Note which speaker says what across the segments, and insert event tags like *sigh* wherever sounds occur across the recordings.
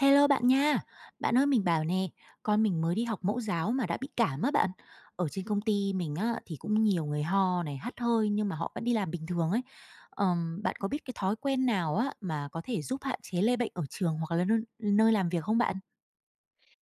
Speaker 1: Hello bạn nha. Bạn ơi mình bảo nè, con mình mới đi học mẫu giáo mà đã bị cảm á bạn. Ở trên công ty mình á thì cũng nhiều người ho này, hắt hơi nhưng mà họ vẫn đi làm bình thường ấy. Bạn có biết cái thói quen nào á mà có thể giúp hạn chế lây bệnh ở trường hoặc là nơi làm việc không bạn?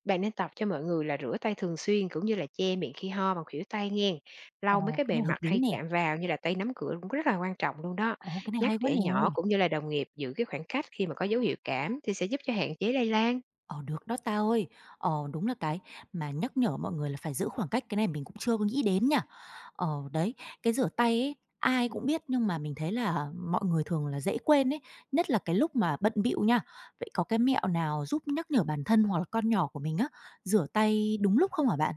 Speaker 2: Bạn nên tập cho mọi người là rửa tay thường xuyên cũng như là che miệng khi ho bằng khuỷu tay nghe. Lau mấy
Speaker 1: Ồ,
Speaker 2: cái
Speaker 1: cái này
Speaker 2: bề
Speaker 1: hợp
Speaker 2: mặt
Speaker 1: lý
Speaker 2: hay
Speaker 1: nè.
Speaker 2: chạm vào như là tay nắm cửa cũng rất là quan trọng luôn đó.
Speaker 1: Ồ, cái này
Speaker 2: Nhắc
Speaker 1: hay quá
Speaker 2: trẻ
Speaker 1: nè.
Speaker 2: nhỏ cũng như là đồng nghiệp giữ cái khoảng cách khi mà có dấu hiệu cảm thì sẽ giúp cho hạn chế lây lan.
Speaker 1: Ờ, được đó ta ơi. Ờ, đúng là cái mà nhắc nhở mọi người là phải giữ khoảng cách, cái này mình cũng chưa có nghĩ đến nhỉ. Ờ, đấy, cái rửa tay ấy, ai cũng biết nhưng mà mình thấy là mọi người thường là dễ quên ấy, nhất là cái lúc mà bận bịu nha. Vậy có cái mẹo nào giúp nhắc nhở bản thân hoặc là con nhỏ của mình á, rửa tay đúng lúc không hả bạn?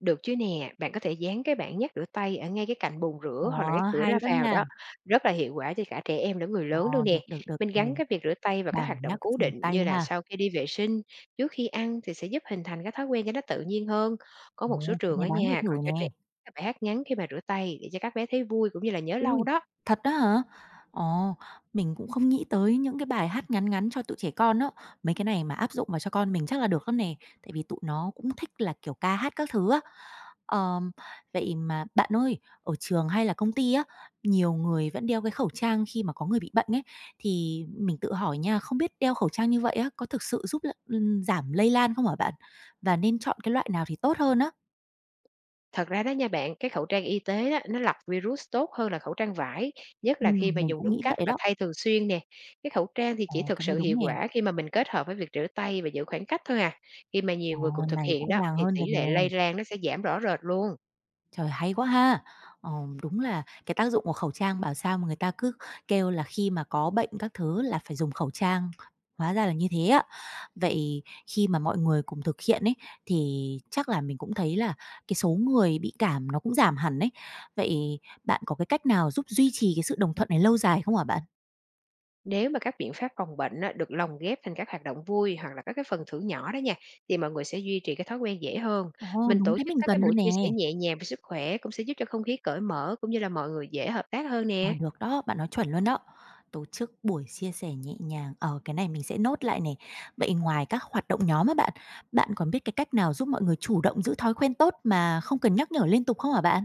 Speaker 2: Được chứ nè, bạn có thể dán cái bảng nhắc rửa tay ở ngay cái cạnh bồn rửa hoặc
Speaker 1: Ồ,
Speaker 2: là cái cửa
Speaker 1: hay
Speaker 2: ra
Speaker 1: đó
Speaker 2: vào
Speaker 1: nha.
Speaker 2: đó, rất là hiệu quả cho cả trẻ em lẫn người
Speaker 1: Ờ,
Speaker 2: lớn luôn
Speaker 1: được,
Speaker 2: nè.
Speaker 1: được, được
Speaker 2: Mình
Speaker 1: nè,
Speaker 2: gắn cái việc rửa tay vào các hoạt
Speaker 1: bảng
Speaker 2: động
Speaker 1: nhắc
Speaker 2: cố
Speaker 1: rửa
Speaker 2: định
Speaker 1: tay
Speaker 2: như là
Speaker 1: ha.
Speaker 2: sau khi đi vệ sinh, trước khi ăn thì sẽ giúp hình thành cái thói quen cho nó tự nhiên hơn. Có một số
Speaker 1: Ồ, cái
Speaker 2: trường
Speaker 1: này
Speaker 2: ở
Speaker 1: đáng để
Speaker 2: nhà
Speaker 1: thử
Speaker 2: còn
Speaker 1: nè.
Speaker 2: cho trẻ các bài hát ngắn khi mà rửa tay để cho các bé thấy vui cũng như là nhớ
Speaker 1: Ui,
Speaker 2: lâu đó.
Speaker 1: thật đó hả? Ồ, mình cũng không nghĩ tới những cái bài hát ngắn ngắn cho tụi trẻ con đó. Mấy cái này mà áp dụng vào cho con mình chắc là được lắm nè, tại vì tụi nó cũng thích là, kiểu, ca hát các thứ á. Ờm, Vậy mà bạn ơi, ở trường hay là công ty á, nhiều người vẫn đeo cái khẩu trang khi mà có người bị bệnh ấy, thì mình tự hỏi nha, không biết đeo khẩu trang như vậy á, có thực sự giúp l giảm lây lan không hả bạn? Và nên chọn cái loại nào thì tốt hơn á?
Speaker 2: Thật ra đó nha bạn, cái khẩu trang y tế á, nó lọc virus tốt hơn là khẩu trang vải, nhất là khi mà
Speaker 1: Mình
Speaker 2: dùng
Speaker 1: cũng
Speaker 2: đúng
Speaker 1: nghĩ
Speaker 2: cách
Speaker 1: vậy
Speaker 2: và
Speaker 1: đó.
Speaker 2: thay thường xuyên nè. Cái khẩu trang thì
Speaker 1: Ờ,
Speaker 2: chỉ thực
Speaker 1: cái này
Speaker 2: sự
Speaker 1: đúng
Speaker 2: hiệu
Speaker 1: nè.
Speaker 2: quả khi mà mình kết hợp với việc rửa tay và giữ khoảng cách thôi à. Khi mà
Speaker 1: Ờ,
Speaker 2: nhiều người cùng thực
Speaker 1: này rõ
Speaker 2: hiện đó
Speaker 1: ràng
Speaker 2: thì
Speaker 1: hơn
Speaker 2: tỷ
Speaker 1: rồi
Speaker 2: lệ
Speaker 1: nè.
Speaker 2: lây lan nó sẽ giảm rõ rệt luôn.
Speaker 1: Trời, hay quá ha! Ờ, đúng là cái tác dụng của khẩu trang bảo sao mà người ta cứ kêu là khi mà có bệnh các thứ là phải dùng khẩu trang, hóa ra là như thế á. Vậy khi mà mọi người cùng thực hiện ấy, thì chắc là mình cũng thấy là cái số người bị cảm nó cũng giảm hẳn ấy. Vậy bạn có cái cách nào giúp duy trì cái sự đồng thuận này lâu dài không hả bạn?
Speaker 2: Nếu mà các biện pháp phòng bệnh á, được lồng ghép thành các hoạt động vui hoặc là các cái phần thưởng nhỏ đó nha, thì mọi người sẽ duy trì cái thói quen dễ hơn.
Speaker 1: Ồ,
Speaker 2: Mình
Speaker 1: đúng
Speaker 2: tổ
Speaker 1: thế,
Speaker 2: chức
Speaker 1: mình
Speaker 2: các cái
Speaker 1: cần luôn
Speaker 2: buổi
Speaker 1: nè.
Speaker 2: chia sẻ nhẹ nhàng về sức khỏe cũng sẽ giúp cho không khí cởi mở cũng như là mọi người dễ hợp tác hơn
Speaker 1: Ờ,
Speaker 2: nè.
Speaker 1: được đó, bạn nói chuẩn luôn đó. Tổ chức buổi chia sẻ nhẹ nhàng, cái này mình sẽ nốt lại này. Vậy ngoài các hoạt động nhóm á bạn, bạn còn biết cái cách nào giúp mọi người chủ động giữ thói quen tốt mà không cần nhắc nhở liên tục không hả bạn?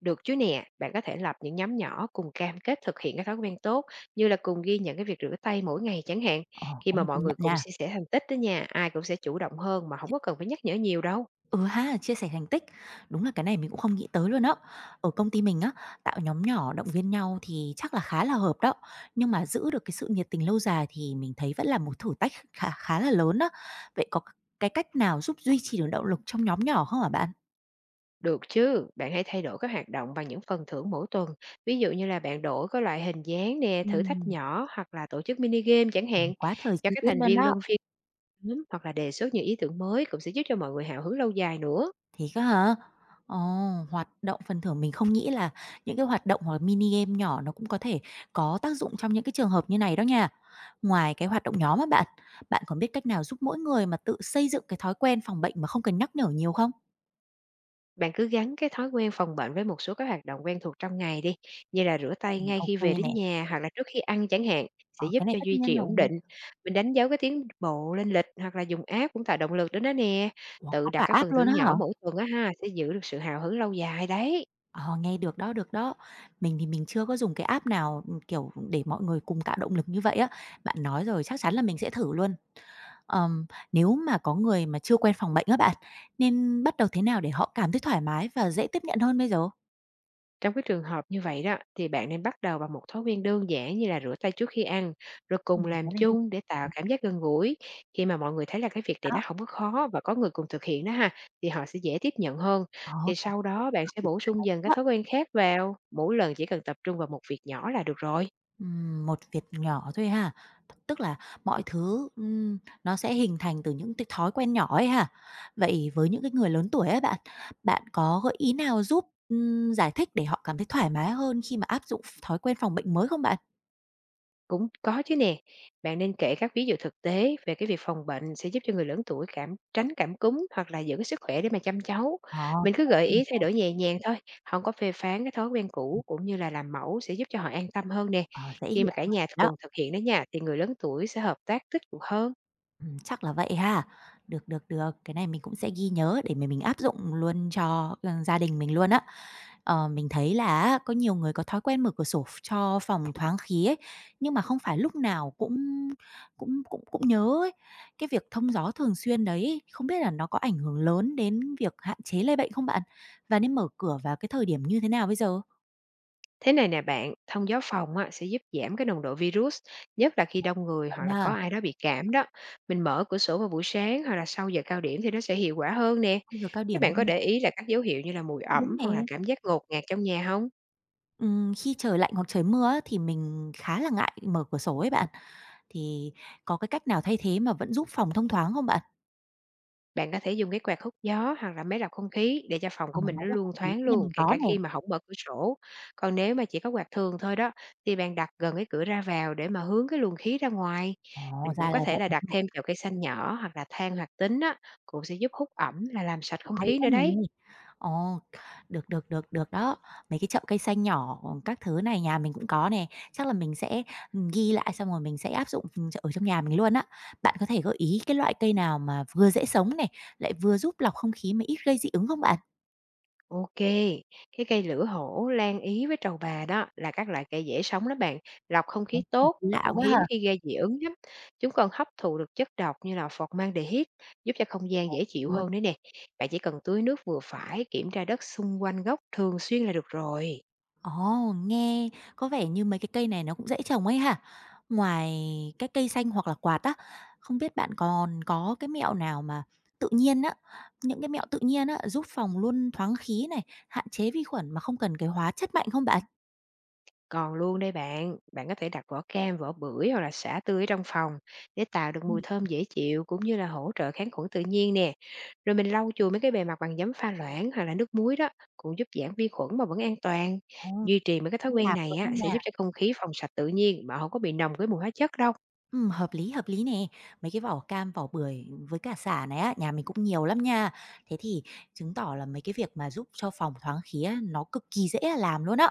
Speaker 2: Được chứ nè, bạn có thể lập những nhóm nhỏ cùng cam kết thực hiện các thói quen tốt như là cùng ghi nhận cái việc rửa tay mỗi ngày chẳng hạn.
Speaker 1: Ờ,
Speaker 2: Khi
Speaker 1: cái
Speaker 2: mà
Speaker 1: này
Speaker 2: mọi
Speaker 1: công
Speaker 2: người
Speaker 1: nhận
Speaker 2: cùng
Speaker 1: nha.
Speaker 2: chia sẻ thành tích đó nha, ai cũng sẽ chủ động hơn mà không
Speaker 1: Ch
Speaker 2: có cần phải nhắc nhở nhiều đâu.
Speaker 1: ừ ha, chia sẻ thành tích, đúng là cái này mình cũng không nghĩ tới luôn á. Ở công ty mình á, tạo nhóm nhỏ động viên nhau thì chắc là khá là hợp đó, nhưng mà giữ được cái sự nhiệt tình lâu dài thì mình thấy vẫn là một thử thách khá khá là lớn đó. Vậy có cái cách nào giúp duy trì được động lực trong nhóm nhỏ không hả bạn?
Speaker 2: Được chứ, bạn hãy thay đổi các hoạt động bằng những phần thưởng mỗi tuần. Ví dụ như là bạn đổi có loại hình dáng nè, thử thách
Speaker 1: Ừm,
Speaker 2: nhỏ hoặc là tổ chức mini game chẳng
Speaker 1: ờ,
Speaker 2: hạn.
Speaker 1: quá trời
Speaker 2: Cho
Speaker 1: chi
Speaker 2: các
Speaker 1: tiết
Speaker 2: thành
Speaker 1: luôn
Speaker 2: viên
Speaker 1: đó.
Speaker 2: luân phiên nhóm hoặc là đề xuất những ý tưởng mới cũng sẽ giúp cho mọi người hào hứng lâu dài nữa.
Speaker 1: Thiệt á hả? Ồ, hoạt động phần thưởng mình không nghĩ là những cái hoạt động hoặc là mini game nhỏ nó cũng có thể có tác dụng trong những cái trường hợp như này đó nha. Ngoài cái hoạt động nhóm á bạn, bạn còn biết cách nào giúp mỗi người mà tự xây dựng cái thói quen phòng bệnh mà không cần nhắc nhở nhiều không?
Speaker 2: Bạn cứ gắn cái thói quen phòng bệnh với một số các hoạt động quen thuộc trong ngày đi, như là rửa tay ngay khi
Speaker 1: Ô
Speaker 2: về đến
Speaker 1: nè.
Speaker 2: nhà hoặc là trước khi ăn chẳng hạn, sẽ
Speaker 1: Ờ,
Speaker 2: giúp
Speaker 1: cái này
Speaker 2: cho
Speaker 1: tất
Speaker 2: duy
Speaker 1: nhiên
Speaker 2: trì
Speaker 1: rồi.
Speaker 2: ổn định. Mình đánh dấu cái tiến bộ lên lịch hoặc là dùng app cũng tạo động lực đến đó nè.
Speaker 1: Ủa,
Speaker 2: Tự
Speaker 1: có
Speaker 2: đặt
Speaker 1: cả
Speaker 2: cái
Speaker 1: app
Speaker 2: phần
Speaker 1: luôn á
Speaker 2: thưởng
Speaker 1: hả?
Speaker 2: nhỏ mỗi tuần á ha, sẽ giữ được sự hào hứng lâu dài đấy.
Speaker 1: Ờ, nghe được đó, được đó. Mình thì mình chưa có dùng cái app nào, kiểu, để mọi người cùng tạo động lực như vậy á. Bạn nói rồi chắc chắn là mình sẽ thử luôn. Ờm, Nếu mà có người mà chưa quen phòng bệnh á bạn, nên bắt đầu thế nào để họ cảm thấy thoải mái và dễ tiếp nhận hơn bây giờ?
Speaker 2: Trong cái trường hợp như vậy đó thì bạn nên bắt đầu bằng một thói quen đơn giản như là rửa tay trước khi ăn, rồi cùng làm
Speaker 1: Cái này thì
Speaker 2: chung để tạo cảm giác gần gũi. Khi mà mọi người thấy là cái việc này
Speaker 1: đó,
Speaker 2: nó không có khó và có người cùng thực hiện đó ha, thì họ sẽ dễ tiếp nhận hơn.
Speaker 1: ờ,
Speaker 2: Thì
Speaker 1: cảm
Speaker 2: sau đó bạn sẽ
Speaker 1: thấy
Speaker 2: bổ sung dần các
Speaker 1: đó.
Speaker 2: thói quen khác vào, mỗi lần chỉ cần tập trung vào một việc nhỏ là được rồi.
Speaker 1: Một việc nhỏ thôi ha, tức là mọi thứ, nó sẽ hình thành từ những cái thói quen nhỏ ấy ha. Vậy với những cái người lớn tuổi ấy bạn, bạn có gợi ý nào giúp, giải thích để họ cảm thấy thoải mái hơn khi mà áp dụng thói quen phòng bệnh mới không bạn?
Speaker 2: Cũng có chứ nè, bạn nên kể các ví dụ thực tế về cái việc phòng bệnh sẽ giúp cho người lớn tuổi cảm tránh cảm cúm hoặc là giữ cái sức khỏe để mà chăm cháu.
Speaker 1: Ờ,
Speaker 2: Mình
Speaker 1: cái
Speaker 2: cứ
Speaker 1: này
Speaker 2: gợi
Speaker 1: cũng
Speaker 2: ý thay đổi nhẹ nhàng thôi, không có phê phán cái thói quen cũ cũng như là làm mẫu sẽ giúp cho họ an tâm hơn nè.
Speaker 1: ờ, dễ
Speaker 2: Khi
Speaker 1: hiểu
Speaker 2: mà cả
Speaker 1: hơn,
Speaker 2: nhà
Speaker 1: đó.
Speaker 2: cùng thực hiện đó nha, thì người lớn tuổi sẽ hợp tác tích cực hơn.
Speaker 1: Chắc là vậy ha. Được, được, được, cái này mình cũng sẽ ghi nhớ để mà mình áp dụng luôn cho, gia đình mình luôn á. Ờ, mình thấy là có nhiều người có thói quen mở cửa sổ cho phòng thoáng khí ấy, nhưng mà không phải lúc nào cũng cũng cũng cũng nhớ ấy. Cái việc thông gió thường xuyên đấy không biết là nó có ảnh hưởng lớn đến việc hạn chế lây bệnh không bạn? Và nên mở cửa vào cái thời điểm như thế nào bây giờ?
Speaker 2: Thế này nè bạn, thông gió phòng á, sẽ giúp giảm cái nồng độ virus, nhất là khi đông người hoặc
Speaker 1: Vậy
Speaker 2: là
Speaker 1: ha,
Speaker 2: có ai đó bị cảm đó. Mình mở cửa sổ vào buổi sáng hoặc là sau giờ cao điểm thì nó sẽ hiệu quả hơn nè.
Speaker 1: khung giờ cao
Speaker 2: Các
Speaker 1: điểm
Speaker 2: bạn có
Speaker 1: luôn.
Speaker 2: để ý là các dấu hiệu như là mùi
Speaker 1: Đúng
Speaker 2: ẩm hoặc là
Speaker 1: nè.
Speaker 2: cảm giác ngột ngạt trong nhà không?
Speaker 1: Khi trời lạnh hoặc trời mưa á, thì mình khá là ngại mở cửa sổ ấy bạn. Thì có cái cách nào thay thế mà vẫn giúp phòng thông thoáng không bạn?
Speaker 2: Bạn có thể dùng cái quạt hút gió hoặc là máy lọc không khí để cho phòng
Speaker 1: Ờ,
Speaker 2: của mình
Speaker 1: máy
Speaker 2: nó
Speaker 1: giặt hợp
Speaker 2: luôn
Speaker 1: lý,
Speaker 2: thoáng
Speaker 1: nhà
Speaker 2: luôn,
Speaker 1: mình
Speaker 2: kể
Speaker 1: có
Speaker 2: cả
Speaker 1: nè.
Speaker 2: khi mà không mở cửa sổ. Còn nếu mà chỉ có quạt thường thôi đó, thì bạn đặt gần cái cửa ra vào để mà hướng cái luồng khí ra ngoài.
Speaker 1: Ồ,
Speaker 2: Mình
Speaker 1: ra
Speaker 2: cũng
Speaker 1: là
Speaker 2: có thể
Speaker 1: vậy.
Speaker 2: là đặt
Speaker 1: *laughs*
Speaker 2: thêm chậu cây xanh nhỏ hoặc là than hoạt tính á, cũng sẽ giúp hút ẩm là làm sạch không
Speaker 1: Hay
Speaker 2: khí
Speaker 1: quá
Speaker 2: nữa đấy.
Speaker 1: nè. Ồ, được, được, được, được đó. Mấy cái chậu cây xanh nhỏ, các thứ này nhà mình cũng có nè. Chắc là mình sẽ ghi lại xong rồi mình sẽ áp dụng ở trong nhà mình luôn á. Bạn có thể gợi ý cái loại cây nào mà vừa dễ sống này, lại vừa giúp lọc không khí mà ít gây dị ứng không bạn?
Speaker 2: OK, cái cây lửa hổ, lan ý với trầu bà đó là các loại cây dễ sống đó bạn, lọc không
Speaker 1: Cái
Speaker 2: khí tốt
Speaker 1: này
Speaker 2: và
Speaker 1: lạ
Speaker 2: cũng
Speaker 1: quá
Speaker 2: hiếm
Speaker 1: hả?
Speaker 2: khi gây dị ứng lắm. Chúng còn hấp thụ được chất độc như là formaldehyde, giúp cho không gian dễ chịu hơn đấy nè. Bạn chỉ cần tưới nước vừa phải, kiểm tra đất xung quanh gốc thường xuyên là được rồi.
Speaker 1: Ồ, nghe có vẻ như mấy cái cây này nó cũng dễ trồng ấy hả? Ngoài cái cây xanh hoặc là quạt á, không biết bạn còn có cái mẹo nào mà tự nhiên á, những cái mẹo tự nhiên á, giúp phòng luôn thoáng khí này, hạn chế vi khuẩn mà không cần cái hóa chất mạnh không bạn?
Speaker 2: Còn luôn đây bạn, bạn có thể đặt vỏ cam, vỏ bưởi hoặc là sả tươi ở trong phòng để tạo được mùi thơm dễ chịu cũng như là hỗ trợ kháng khuẩn tự nhiên nè. Rồi mình lau chùi mấy cái bề mặt bằng giấm pha loãng hoặc là nước muối đó cũng giúp giảm vi khuẩn mà vẫn an toàn.
Speaker 1: Ồ,
Speaker 2: Duy trì mấy cái thói
Speaker 1: cũng
Speaker 2: quen
Speaker 1: làm
Speaker 2: này
Speaker 1: luôn đó
Speaker 2: á sẽ
Speaker 1: nha.
Speaker 2: giúp cho không khí phòng sạch tự nhiên mà không có bị nồng cái mùi hóa chất đâu.
Speaker 1: Hợp lý nè. Mấy cái vỏ cam, vỏ bưởi với cả sả này á, nhà mình cũng nhiều lắm nha. Thế thì chứng tỏ là mấy cái việc mà giúp cho phòng thoáng khí á, nó cực kỳ dễ là làm luôn á.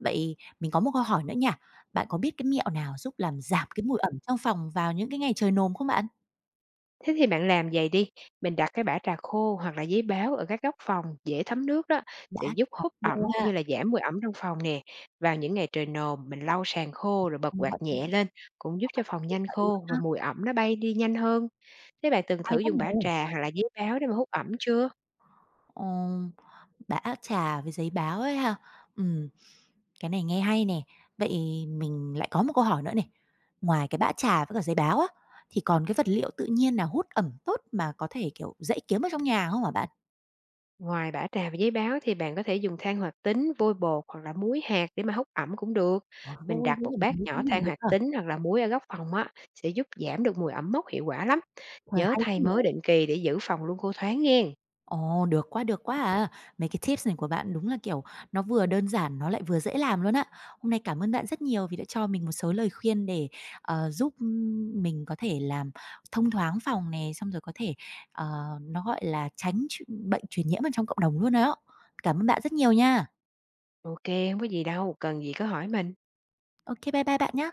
Speaker 1: Vậy mình có một câu hỏi nữa nha, bạn có biết cái mẹo nào giúp làm giảm cái mùi ẩm trong phòng vào những cái ngày trời nồm không bạn?
Speaker 2: Thế thì bạn làm vầy đi, mình đặt cái bã trà khô hoặc là giấy báo ở các góc phòng dễ thấm nước đó,
Speaker 1: Bã
Speaker 2: sẽ giúp
Speaker 1: trà
Speaker 2: hút
Speaker 1: khô
Speaker 2: ẩm
Speaker 1: ha,
Speaker 2: cũng như là giảm mùi ẩm trong phòng nè. Vào những ngày trời nồm, mình lau sàn khô rồi bật quạt
Speaker 1: vậy
Speaker 2: nhẹ lên, cũng giúp cho phòng
Speaker 1: vậy
Speaker 2: nhanh
Speaker 1: luôn
Speaker 2: khô và
Speaker 1: ha,
Speaker 2: mùi ẩm nó bay đi nhanh hơn. Thế bạn từng
Speaker 1: hay
Speaker 2: thử
Speaker 1: quá
Speaker 2: dùng
Speaker 1: nè.
Speaker 2: bã trà hoặc là giấy báo để mà hút ẩm chưa?
Speaker 1: Ồ, bã trà với giấy báo ấy ha. Ừm, cái này nghe hay nè. Vậy mình lại có một câu hỏi nữa này. Ngoài cái bã trà với cả giấy báo á, thì còn cái vật liệu tự nhiên nào hút ẩm tốt mà có thể, kiểu, dễ kiếm ở trong nhà không hả bạn?
Speaker 2: Ngoài bã trà và giấy báo thì bạn có thể dùng than hoạt tính, vôi bột hoặc là muối hạt để mà hút ẩm cũng được.
Speaker 1: Trời
Speaker 2: Mình
Speaker 1: ơi,
Speaker 2: đặt
Speaker 1: thế
Speaker 2: một
Speaker 1: là
Speaker 2: bát
Speaker 1: mình
Speaker 2: nhỏ
Speaker 1: cũng dùng
Speaker 2: than
Speaker 1: được
Speaker 2: hoạt
Speaker 1: ha.
Speaker 2: tính hoặc là muối ở góc phòng á, sẽ giúp giảm được mùi ẩm mốc hiệu quả lắm.
Speaker 1: Trời,
Speaker 2: Nhớ
Speaker 1: hay
Speaker 2: thay
Speaker 1: thế nhỉ!
Speaker 2: mới định kỳ để giữ phòng luôn khô thoáng nghe,
Speaker 1: Ồ, được quá à. Mấy cái tips này của bạn đúng là, kiểu, nó vừa đơn giản, nó lại vừa dễ làm luôn á. Hôm nay cảm ơn bạn rất nhiều vì đã cho mình một số lời khuyên để, giúp mình có thể làm thông thoáng phòng này xong rồi có thể, nó, gọi là, tránh bệnh truyền nhiễm ở trong cộng đồng luôn á. Cảm ơn bạn rất nhiều nha.
Speaker 2: OK, không có gì đâu, cần gì cứ hỏi mình.
Speaker 1: OK, bye bye bạn nhé.